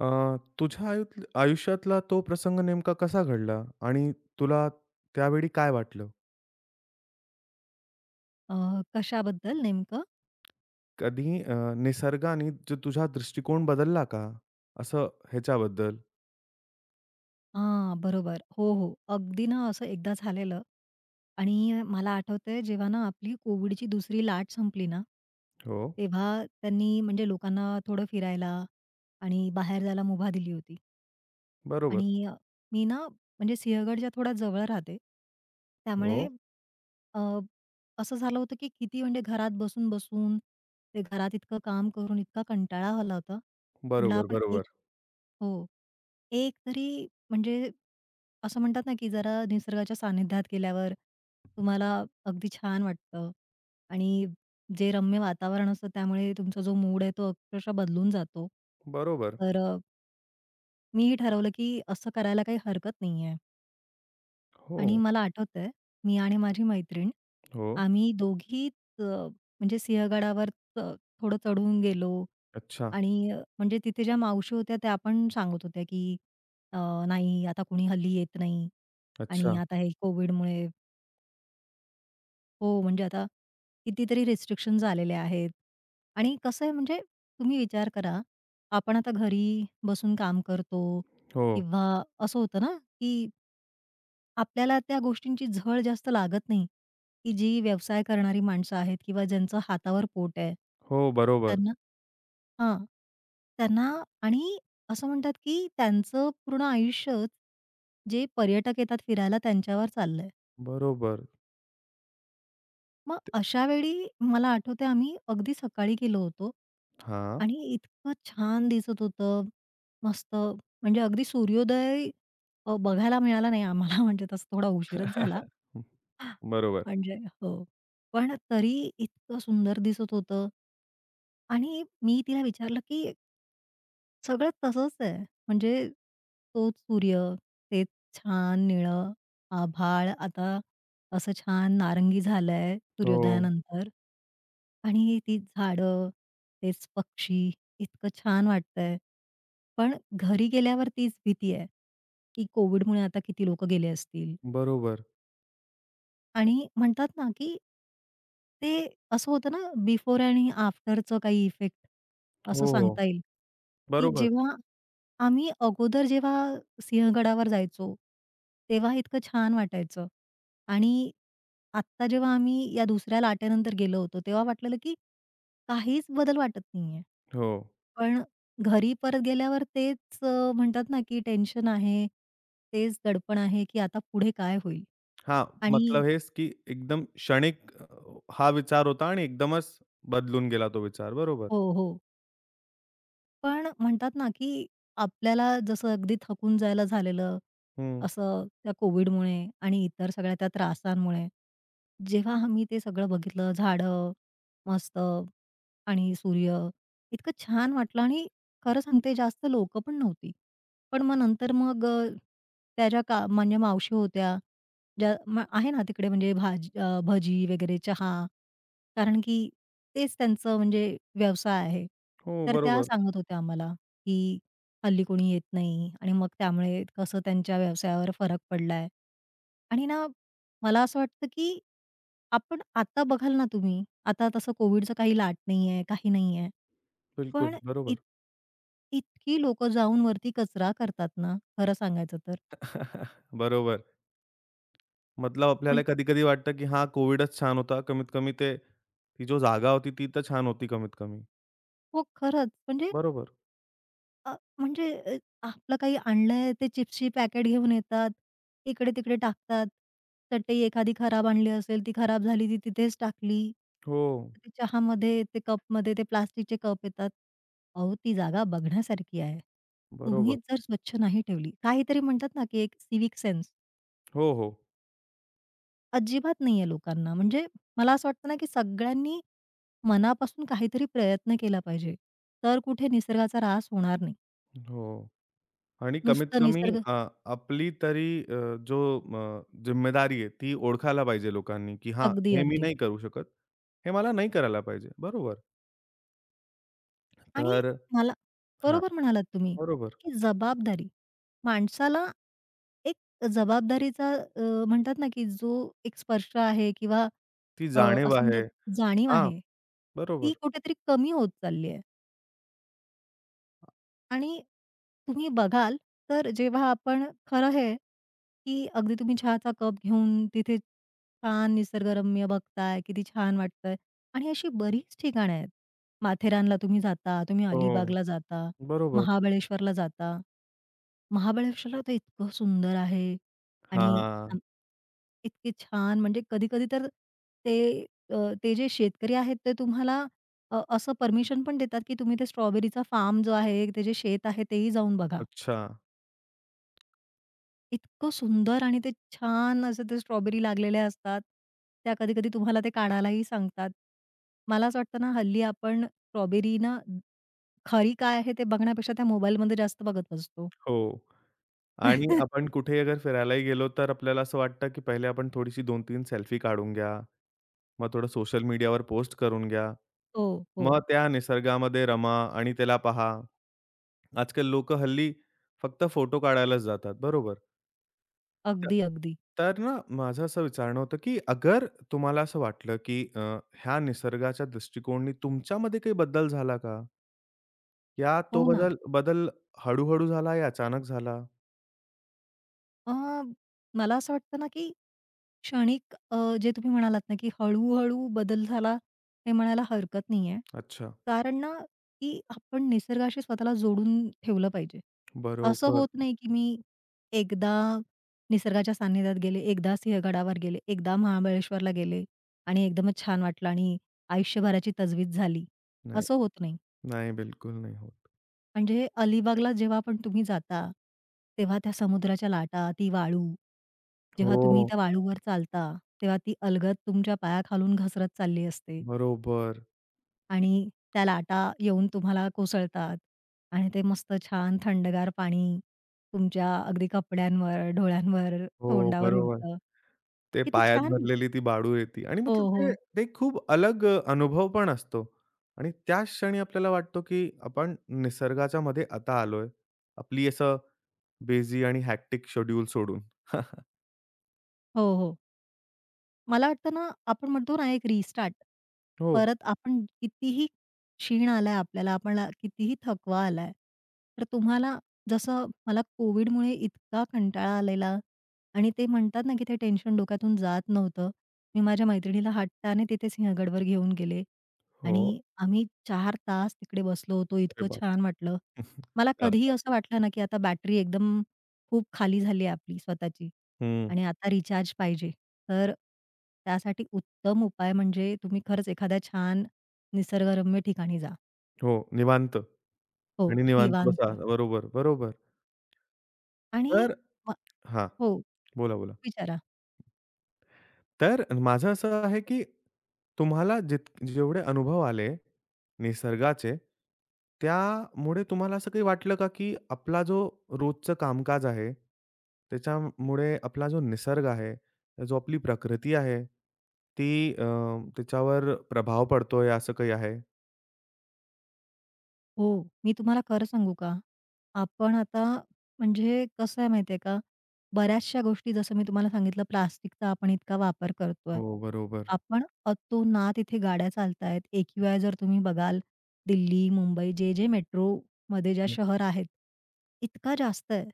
तुझ्या आयुष्यातला तो प्रसंग नेमका कसा घडला, आणि तुला त्यावेळी काय वाटलं? अ, कशाबद्दल नेमकं? कधी निसर्गाने जो तुझा दृष्टिकोन बदलला का? असं ह्याच्याबद्दल? हां, बरोबर. हो, हो. अगदी ना असं एकदा झालेलं आणि मला आठवतंय जेव्हा ना आपली कोविडची दुसरी लाट संपली ना, हो, तेव्हा त्यांनी म्हणजे लोकांना थोडं फिरायला आणि बाहेर जायला मुभा दिली होती. बरोबर. आणि मी ना म्हणजे सिंहगडच्या थोडा जवळ राहते. हो, त्यामुळे अ, असं झालं होतं की किती म्हणजे घरात बसून-बसून ते घरात इतकं काम करून इतका कंटाळा आला होता. म्हटलं बरोबर, आपण बरोबर. हो. एक तरी म्हणजे असं म्हणतात ना की जरा निसर्गाच्या सानिध्यात गेल्यावर तुम्हाला अगदी छान वाटतं आणि जे रम्य वातावरण असतं त्यामुळे तुमचा जो मूड आहे तो अक्षरशः बदलून जातो. बरोबर. तर मी ठरवलं, की असं करायला काही हरकत नाहीये हो, आणि मला आठवतंय, मी आणि माझी मैत्रीण हो. आम्ही दोघीच अ, म्हणजे सिंहगडावर च थोडं चढून गेलो अच्छा, आणि म्हणजे तिथे ज्या मावशी होत्या त्या पण सांगत होत्या, की अ, "नाही, आता कुणी हल्ली येत नाही आणि अच्छा. आता हे कोविडमुळे हो, म्हणजे आता कितीतरी रिस्ट्रिक्शन्स आलेले आहेत आणि कसं आहे म्हणजे तुम्ही विचार करा, आपण आता घरी बसून काम करतो हो, किंवा असं होतं ना, की आपल्याला त्या गोष्टींची झळ जास्त लागत नाही, की जी व्यवसाय करणारी माणसं आहेत किंवा ज्यांचं हातावर पोट आहे. हो, बरोबर. त्यांना हां. त्यांना आणि असं म्हणतात, की त्यांचं पूर्ण आयुष्यच जे पर्यटक येतात फिरायला त्यांच्यावर चाललंय. बरोबर. मग अशा वेळी मला आठवतंय आम्ही अगदी सकाळी गेलो होतो हां, आणि इतकं छान दिसत होतं. मस्त म्हणजे अगदी सूर्योदय बघायला मिळाला नाही आम्हाला म्हणजे तसं थोडा उशीरच झाला. बरोबर. म्हणजे हो. पण तरी इतकं सुंदर दिसत होतं. आणि मी तिला विचारलं, की सगळं तसंच आहे. म्हणजे तोच सूर्य, तेच छान निळं आभाळ आता असं छान नारंगी झालंय हो, सूर्योदयानंतर आणि ती झाडं, तेच पक्षी इतकं छान वाटतंय. पण घरी गेल्यावर तीच भीती आहे, की कोव्हिडमुळे आता किती लोकं गेले असतील बरोबर. आणि म्हणतात ना, की ते असं होतं ना, बिफोर आणि आफ्टरचं काही इफेक्ट असं हो, हो. सांगता येईल, की बरोबर. जेव्हा आम्ही अगोदर जेव्हा सिंहगडावर जायचो, तेव्हा इतकं छान वाटायचं आणि आत्ता जेव्हा आम्ही या दुसऱ्या लाटेनंतर गेलो होतो, तेव्हा वाटलेलं, की काहीच बदल वाटत नाहीये. हो. पण घरी परत गेल्यावर तेच म्हणतात ना, की टेन्शन आहे, तेच दडपण आहे, की आता पुढे काय होईल? हां, आणि मतलब हेच की एकदम क्षणिक हा विचार होता आणि एकदमच बदलून गेला तो विचार. बरोबर. हो, हो. पण म्हणतात ना, की आपल्याला जसं अगदी थकून जायला झालेलं, हं. असं त्या कोव्हिडमुळे आणि इतर सगळ्या त्या त्रासांमुळे जेव्हा आम्ही ते सगळं बघितलं, झाडं मस्त आणि सूर्य, इतकं छान वाटलं आणि खरं सांगते जास्त लोकं पण नव्हती. पण मग नंतर त्या ज्या का म्हणजे मावशी होत्या, ज्या आहे ना तिकडे म्हणजे भजी वगैरे चहा, कारण की तेच त्यांचं म्हणजे व्यवसाय आहे. हो, तर त्या बरोबर. सांगत होत्या आम्हाला, की हल्ली कोणी येत नाही आणि मग त्यामुळे कसं त्यांच्या व्यवसायावर फरक पडलाय. आणि ना मला असं वाटतं, की आपण आता बघाल ना तुम्ही, आता तसं कोविडचं काही लाट नाही आहे, काही नाही आहे. बिलकुल, पण इत बरोबर. इतकी लोकं जाऊन वरती कचरा करतात ना, खरं सांगायचं तर. बरोबर. मतलब म्हण आपल्याला कधी-कधी वाटतं की हा कोविडच छान होता. कमीत कमी ते ती जो जागा होती ती तर छान होती कमीत कमी. हो, खरंच. म्हणजे बरोबर. अ, म्हणजे अ, आपलं काही आणलंय ते चिप्सची पॅकेट घेऊन येतात. इकडे-तिकडे टाकतात. चटई एखादी खराब आणली असेल, ती खराब झाली, ती तिथेच टाकली. हो, ते चहामध्ये, ते कपमध्ये ते प्लास्टिकचे कप येतात. अहो, ती जागा बघण्यासारखी आहे. बरोबर. तुम्हीच जर स्वच्छ नाही ठेवली काहीतरी म्हणतात ना, की एक सिव्हिक सेन्स हो, हो. अजिबात नाहीये लोकांना. म्हणजे मला असं वाटतं ना, की सगळ्यांनी मनापासून काहीतरी प्रयत्न केला पाहिजे. तर कुठे निसर्गाचा ऱ्हास होणार नाही. हो. आणि कमीत हं. नुसतं निसर्ग आपली तरी जो जिम्मेदारी आहे ती ओळखायला पाहिजे लोकांनी, की हां, अगदी, हे मी अगदी. नाही करू शकत. हे मला नाही करायला पाहिजे. बरोबर. आणि तर मला हां, बरोबर म्हणालात तुम्ही, बरोबर. की जबाबदारी. माणसाला एक जबाबदारीचा म्हणतात ना, की जो एक स्पर्श आहे किंवा ती अ, जाणीव असं आहे. म्हणतात जाणीव हां, आहे, ती बरोबर. कुठेतरी कमी होत चालली आहे. आणि तुम्ही बघाल, तर जेव्हा आपण खरं हे, की अगदी तुम्ही चहाचा कप घेऊन तिथे छान निसर्गरम्य बघताय, किती छान वाटतंय आणि अशी बरीच ठिकाणं आहेत. माथेरानला तुम्ही जाता, तुम्ही हो, अलिबागला जाता, बरोबर. महाबळेश्वरला जाता. महाबळेश्वरला तर इतकं सुंदर आहे आणि हां, अ, इतके छान म्हणजे कधी-कधी तर ते अ, ते जे शेतकरी आहेत ते तुम्हाला असं परमिशन पण देतात, की तुम्ही ते स्ट्रॉबेरीचा फार्म जो आहे, त्याचे शेत आहे, तेही जाऊन बघा. अच्छा. इतकं सुंदर आणि ते छान असं ते स्ट्रॉबेरी लागलेल्या असतात. त्या कधी-कधी तुम्हाला ते काढायलाही सांगतात. मला असं वाटतं ना, हल्ली आपण स्ट्रॉबेरी ना, खरी काय आहे ते बघण्यापेक्षा त्या मोबाईलमध्ये जास्त बघत असतो. हो. आणि आपण कुठे अगर फिरायलाही गेलो, तर आपल्याला असं वाटतं, की पहिले आपण थोडीशी 2-3 सेल्फी काढून घ्या. मग थोडं सोशल मीडियावर पोस्ट करून घ्या. हो, मग हो. त्या निसर्गामध्ये रमा आणि त्याला पहा. आजकाल लोकं हल्ली फक्त फोटो काढायलाच जातात, बरोबर. त अगदी, अगदी. तर ना माझं असं विचारणं होतं, की अगर तुम्हाला असं वाटलं, की ह्या निसर्गाच्या दृष्टिकोनाने तुमच्यामध्ये काही बदल झाला का? या तो हो ना. बदल बदल हळू झाला या अचानक झाला? अ, मला असं वाटतं ना, की क्षणिक जे तुम्ही म्हणालात ना, की हळू-हळू बदल झाला हे म्हणायला हरकत नाहीये. अच्छा, कारण ना, की आपण निसर्गाशी स्वतःला जोडून ठेवलं पाहिजे. असं बरोबर. होत नाही, की मी एकदा निसर्गाच्या सान्निध्यात गेले, एकदा सिंहगडावर गेले, एकदा महाबळेश्वरला गेले आणि एकदमच छान वाटलं आणि आयुष्यभराची तजवीज झाली, नाही, असं होत नाही. नाही, बिलकुल नाही होत. म्हणजे अलिबागला जेव्हा पण तुम्ही जाता, तेव्हा त्या समुद्राच्या लाटा, ती वाळू, जेव्हा तुम्ही हो, त्या वाळूवर चालता, तेव्हा ती अलगद तुमच्या पायाखालून घसरत चालली असते बरोबर. आणि त्या लाटा येऊन तुम्हाला कोसळतात आणि ते मस्त छान थंडगार पाणी तुमच्या अगदी कपड्यांवर, डोळ्यांवर, हो, तोंडावर बरोबर. उडतं. ते किती पायात छान! भरलेली ती बाडू रेती आणि हो, मतलब ते हो. ते खूप अलग अनुभव पण असतो आणि त्याच क्षणी आपल्याला वाटतो, की आपण निसर्गाच्या मध्ये आता आलोय. आपली असं बिझी आणि हॅक्टिक शेड्यूल सोडून. हो, हो. मला वाटतं ना, आपण म्हणतो ना एक रिस्टार्ट. हो, परत आपण कितीही क्षीण आलाय आपल्याला, आपल्याला कितीही थकवा आलाय, तर तुम्हाला जसं मला कोविडमुळे इतका कंटाळा आलेला आणि ते म्हणतात ना, की ते टेन्शन डोक्यातून जात नव्हतं. मी माझ्या मैत्रिणीला हट्टाने तिथे सिंहगडवर घेऊन गेले हो. आणि आम्ही 4 तास तिकडे बसलो होतो. अरे इतकं बाप! छान वाटलं. मला 4 कधीही तास. असं वाटलं ना, की आता बॅटरी एकदम खूप खाली झाली आहे आपली स्वतःची हं. आणि आता रिचार्ज पाहिजे. तर त्यासाठी उत्तम उपाय म्हणजे तुम्ही खरंच एखाद्या छान निसर्गरम्य ठिकाणी जा. हो, निवांत हो, आणि निवांत बसा. निवांत बरोबर, बरोबर. आणि तर म हां. हो, बोला, बोला. विचारा. तर माझं असं आहे, की तुम्हाला जेवढे अनुभव आले निसर्गाचे, त्यामुळे तुम्हाला असं काही वाटलं का, की आपला जो रोजचं कामकाज आहे, त्याच्यामुळे आपला जो निसर्ग आहे, जो आपली प्रकृती आहे, ती अ, त्याच्यावर प्रभाव पडतोय असं काही आहे? हो. मी तुम्हाला खरं सांगू का? आपण आता म्हणजे कसं आहे माहिती का, बऱ्याचशा गोष्टी जसं मी तुम्हाला सांगितलं प्लास्टिकचा आपण इतका वापर करतोय. हो, बरोबर. आपण अतोनात इथे गाड्या चालतायत. एकीवाय जर तुम्ही बघाल दिल्ली, मुंबई जे मेट्रोमध्ये ज्या शहर आहेत, इतका जास्त आहे.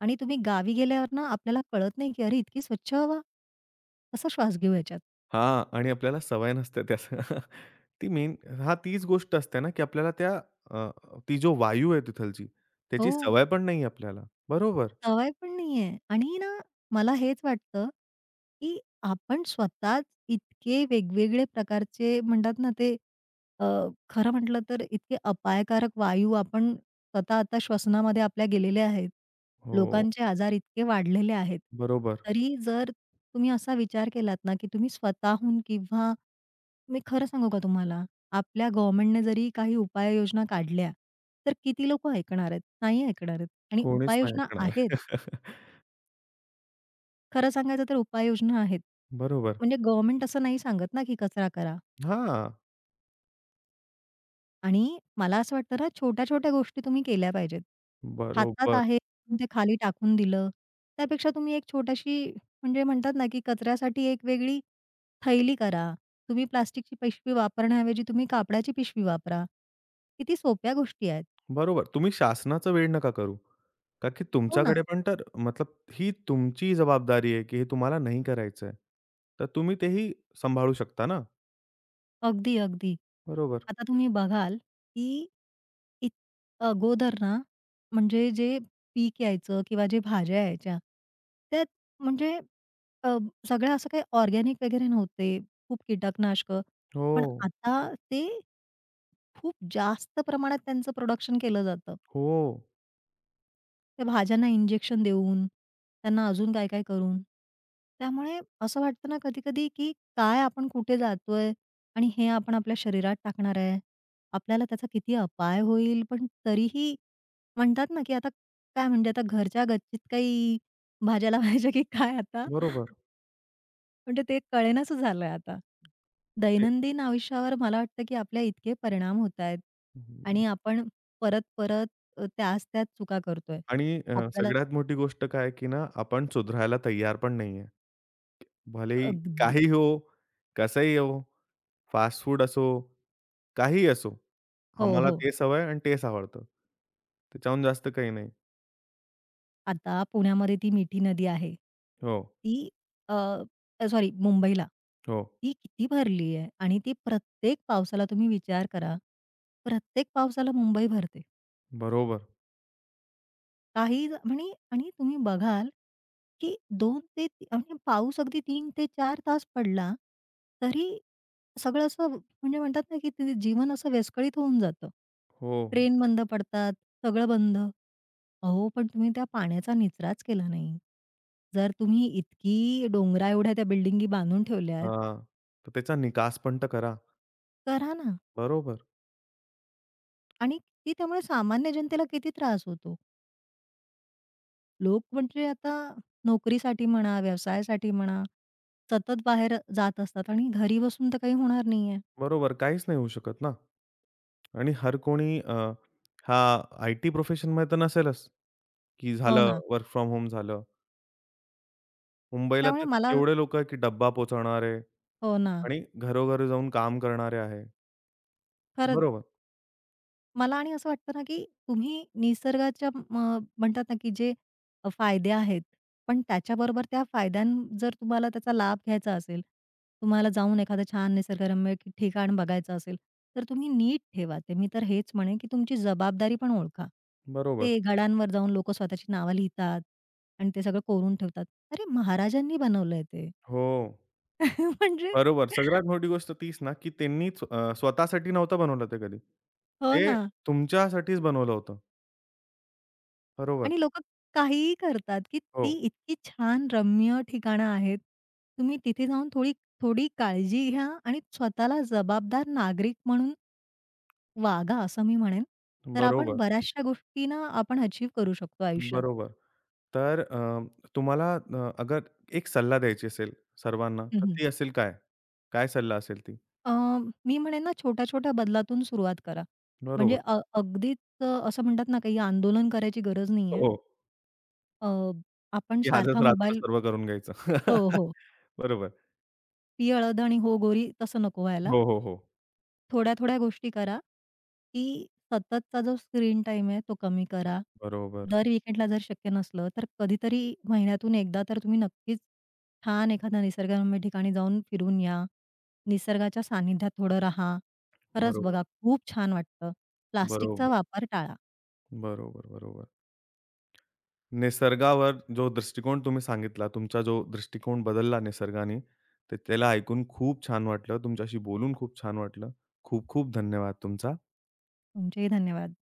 आणि तुम्ही गावी गेल्यावर ना आपल्याला कळत नाही, की अरे इतकी स्वच्छ हवा? कसा श्वास घेऊ ह्याच्यात? हां. आणि आपल्याला सवय नसते त्याचं. ती मेन हां, तीच गोष्ट असते ना, की आपल्याला अ, ती जो वायू आहे तिथलची, हो. त्याची सवय पण नाही आपल्याला. बरोबर. सवय पण नाहीये आणि ना मला हेच वाटतं, की आपण स्वतःच इतके वेगवेगळे प्रकारचे म्हणतात ना ते अ, खरं म्हटलं तर इतके अपायकारक वायू आपण स्वतः आता श्वसनामध्ये आपल्या गेलेले आहेत. हो, लोकांचे आजार इतके वाढलेले आहेत. बरोबर. तरी जर तुम्ही असा विचार केलात ना, की तुम्ही स्वतःहून किंवा मी खरं सांगू का तुम्हाला, आपल्या गव्हर्नमेंटने जरी काही उपाययोजना काढल्या, तर किती लोकं ऐकणार आहेत? नाही ऐकणार आहेत आणि कोणीच नाही उपाययोजना ऐकणार. आहेत. खरं सांगायचं तर उपाययोजना आहेत. बरोबर. म्हणजे गव्हर्नमेंट असं नाही सांगत ना, की कचरा करा हां, आणि मला असं वाटतं ना, छोट्या-छोट्या गोष्टी तुम्ही केल्या पाहिजेत. हातात बरोबर, आहे, ते खाली टाकून दिलं. त्यापेक्षा तुम्ही एक छोटीशी म्हणजे म्हणतात ना, की कचऱ्यासाठी एक वेगळी थैली करा. तुम्ही प्लास्टिकची पिशवी वापरण्याऐवजी तुम्ही कापडाची पिशवी वापरा. किती सोप्या गोष्टी आहेत. बरोबर. तुम्ही शासनाचा वेड नका करू. का की हो ना. तुमच्याकडे पण तर मतलब ही तुमची जबाबदारी आहे, की हे तुम्हाला नाही करायचं आहे. तर तुम्ही तेही सांभाळू शकता ना. अगदी, अगदी. बरोबर. आता तुम्ही बघाल, की इत अगोदर ना, म्हणजे जे पीक यायचं किंवा जे भाज्या यायच्या, त्यात म्हणजे अ, सगळं असं काही ऑर्गॅनिक वगैरे नव्हते, खूप कीटकनाशकं. पण हो, आता ते खूप जास्त प्रमाणात त्यांचं प्रोडक्शन केलं जातं. हो. त्या भाज्यांना इंजेक्शन देऊन, त्यांना अजून काय-काय करून. त्यामुळे असं वाटतं ना कधी-कधी, की काय आपण कुठे जातोय आणि हे आपण आपल्या शरीरात टाकणार आहे. आपल्याला त्याचा किती अपाय होईल, पण तरीही म्हणतात ना, की आता काय म्हणजे आता घरच्या गच्चीत काही भाज्या लावायच्या की काय आता? बरोबर. म्हणजे ते कळेनासं झालंय आता. दैनंदिन आयुष्यावर मला वाटतं, की आपल्या इतके परिणाम होतायत ते आणि आपण परत-परत त्याच त्याच चुका करतोय. आणि आपल्याला सगळ्यात मोठी गोष्ट काय आहे, की ना आपण सुधारायला तयार पण नाहीये. भलेही अगदी. काही हो, कसंही हो, फास्ट फूड असो, काहीही असो. हो, आम्हाला हो. तेच हवंय आणि तेच आवडतं. त्याच्याहून जास्त काही नाही. आता पुण्यामध्ये ती मिठी नदी आहे. हो, ती सॉरी मुंबईला. हो. ती किती भरली आहे आणि ती प्रत्येक पावसाला तुम्ही विचार करा, प्रत्येक पावसाला मुंबई भरते. बरोबर. काही म्हणे आणि तुम्ही बघाल, की 2 ते म्हणजे पाऊस अगदी 3 ते 4 तास पडला, तरी सगळं असं म्हणजे म्हणतात ना, की ते जीवन असं विस्कळीत होऊन जातं. हो, हो. ट्रेन बंद पडतात, सगळं बंद. अहो, पण तुम्ही त्या पाण्याचा निचराच केला नाही. जर तुम्ही इतकी डोंगराएवढ्या त्या बिल्डिंगी बांधून ठेवल्यात, हां. तर त्याचा निकास पण तर करा. करा ना. बरोबर, आणि किती त्यामुळे सामान्य जनतेला किती त्रास होतो. लोक म्हणजे आता नोकरीसाठी म्हणा, व्यवसायासाठी म्हणा, सतत बाहेर जात असतात आणि घरी बसून तर काही होणार नाहीये. बरोबर. काहीच नाही होऊ शकत ना. आणि हर कोणी हा आयटी प्रोफेशनमध्ये तर नसेलच, की हो झालं ना. वर्क फ्रॉम होम झालं. मुंबईला त्यामुळे तर मला केवढे लोकं आहे, की डब्बा पोहोचवणारे हो ना. आणि घरोघरी जाऊन काम करणारे आहे. खरंच. बरोबर, मला आणि असं वाटतं ना, की तुम्ही निसर्गाच्या म्हणतात ना, की जे फायदे आहेत, पण त्याच्याबरोबर त्या जर तुम्हाला त्याचा लाभ घ्यायचा असेल, तुम्हाला जाऊन एखादं छान निसर्गरम्य की ठिकाण बघायचं असेल, तर तुम्ही नीट ठेवा ते. मी तर हेच म्हणेन, की तुमची जबाबदारी पण ओळखा. बरोबर. ते गडांवर जाऊन लोकं स्वतःची नावं लिहितात आणि ते सगळं कोरून ठेवतात. अरे, महाराजांनी बनवलंय ते. हो. म्हणजे बरोबर. सगळ्यात मोठी गोष्ट तीच ना, की त्यांनीच स्वतःसाठी नव्हतं बनवलं ते कधी. हो ते ना. तुमच्यासाठीच बनवलं होतं. बरोबर. आणि लोकं काहीही करतात, की हो. ती इतकी छान रम्य ठिकाणं आहेत. तुम्ही तिथे जाऊन थोडी थोडी काळजी घ्या आणि स्वतःला जबाबदार नागरिक म्हणून वागा, असं मी म्हणेन. तर आपण बरोबर, बऱ्याचशा गोष्टींना आपण अचीव्ह करू शकतो आयुष्यात. बरोबर. तर अ, तुम्हाला अगर एक सल्ला द्यायची असेल सर्वांना, हं, तर हं. ती असेल काय? काय सल्ला असेल ती? मी म्हणेन ना, छोट्या-छोट्या बदलातून सुरुवात करा. म्हणजे बरोबर. अगदीच असं म्हणतात ना, काही आंदोलन करायची गरज नाहीये. हो, अ, आपण की आजच सारखा रात्र मोबाईल सर्व करून घ्यायचं. हो, हो. बरोबर. "पी हळद आणि हो गोरी" तसं नको व्हायला. हो, हो, हो. थोड्या-थोड्या गोष्टी करा, की सततचा जो स्क्रीन टाईम आहे तो कमी करा. बरोबर, दर वीकेंडला जर शक्य नसलं, तर कधीतरी महिन्यातून एकदा तर तुम्ही नक्कीच छान एखाद्या निसर्गरम्य ठिकाणी जाऊन फिरून या. निसर्गाच्या सानिध्यात थोडं राहा. खरंच बरोबर, बघा खूप छान वाटतं. प्लास्टिकचा बरोबर, वापर टाळा. बरोबर, बरोबर. निसर्गावर जो दृष्टिकोन तुम्ही सांगितला, तुमचा जो दृष्टिकोन बदलला निसर्गाने, तर त्याला ऐकून खूप छान वाटलं. तुमच्याशी बोलून खूप छान वाटलं. खूप खूप धन्यवाद तुमचा. तुमचेही धन्यवाद.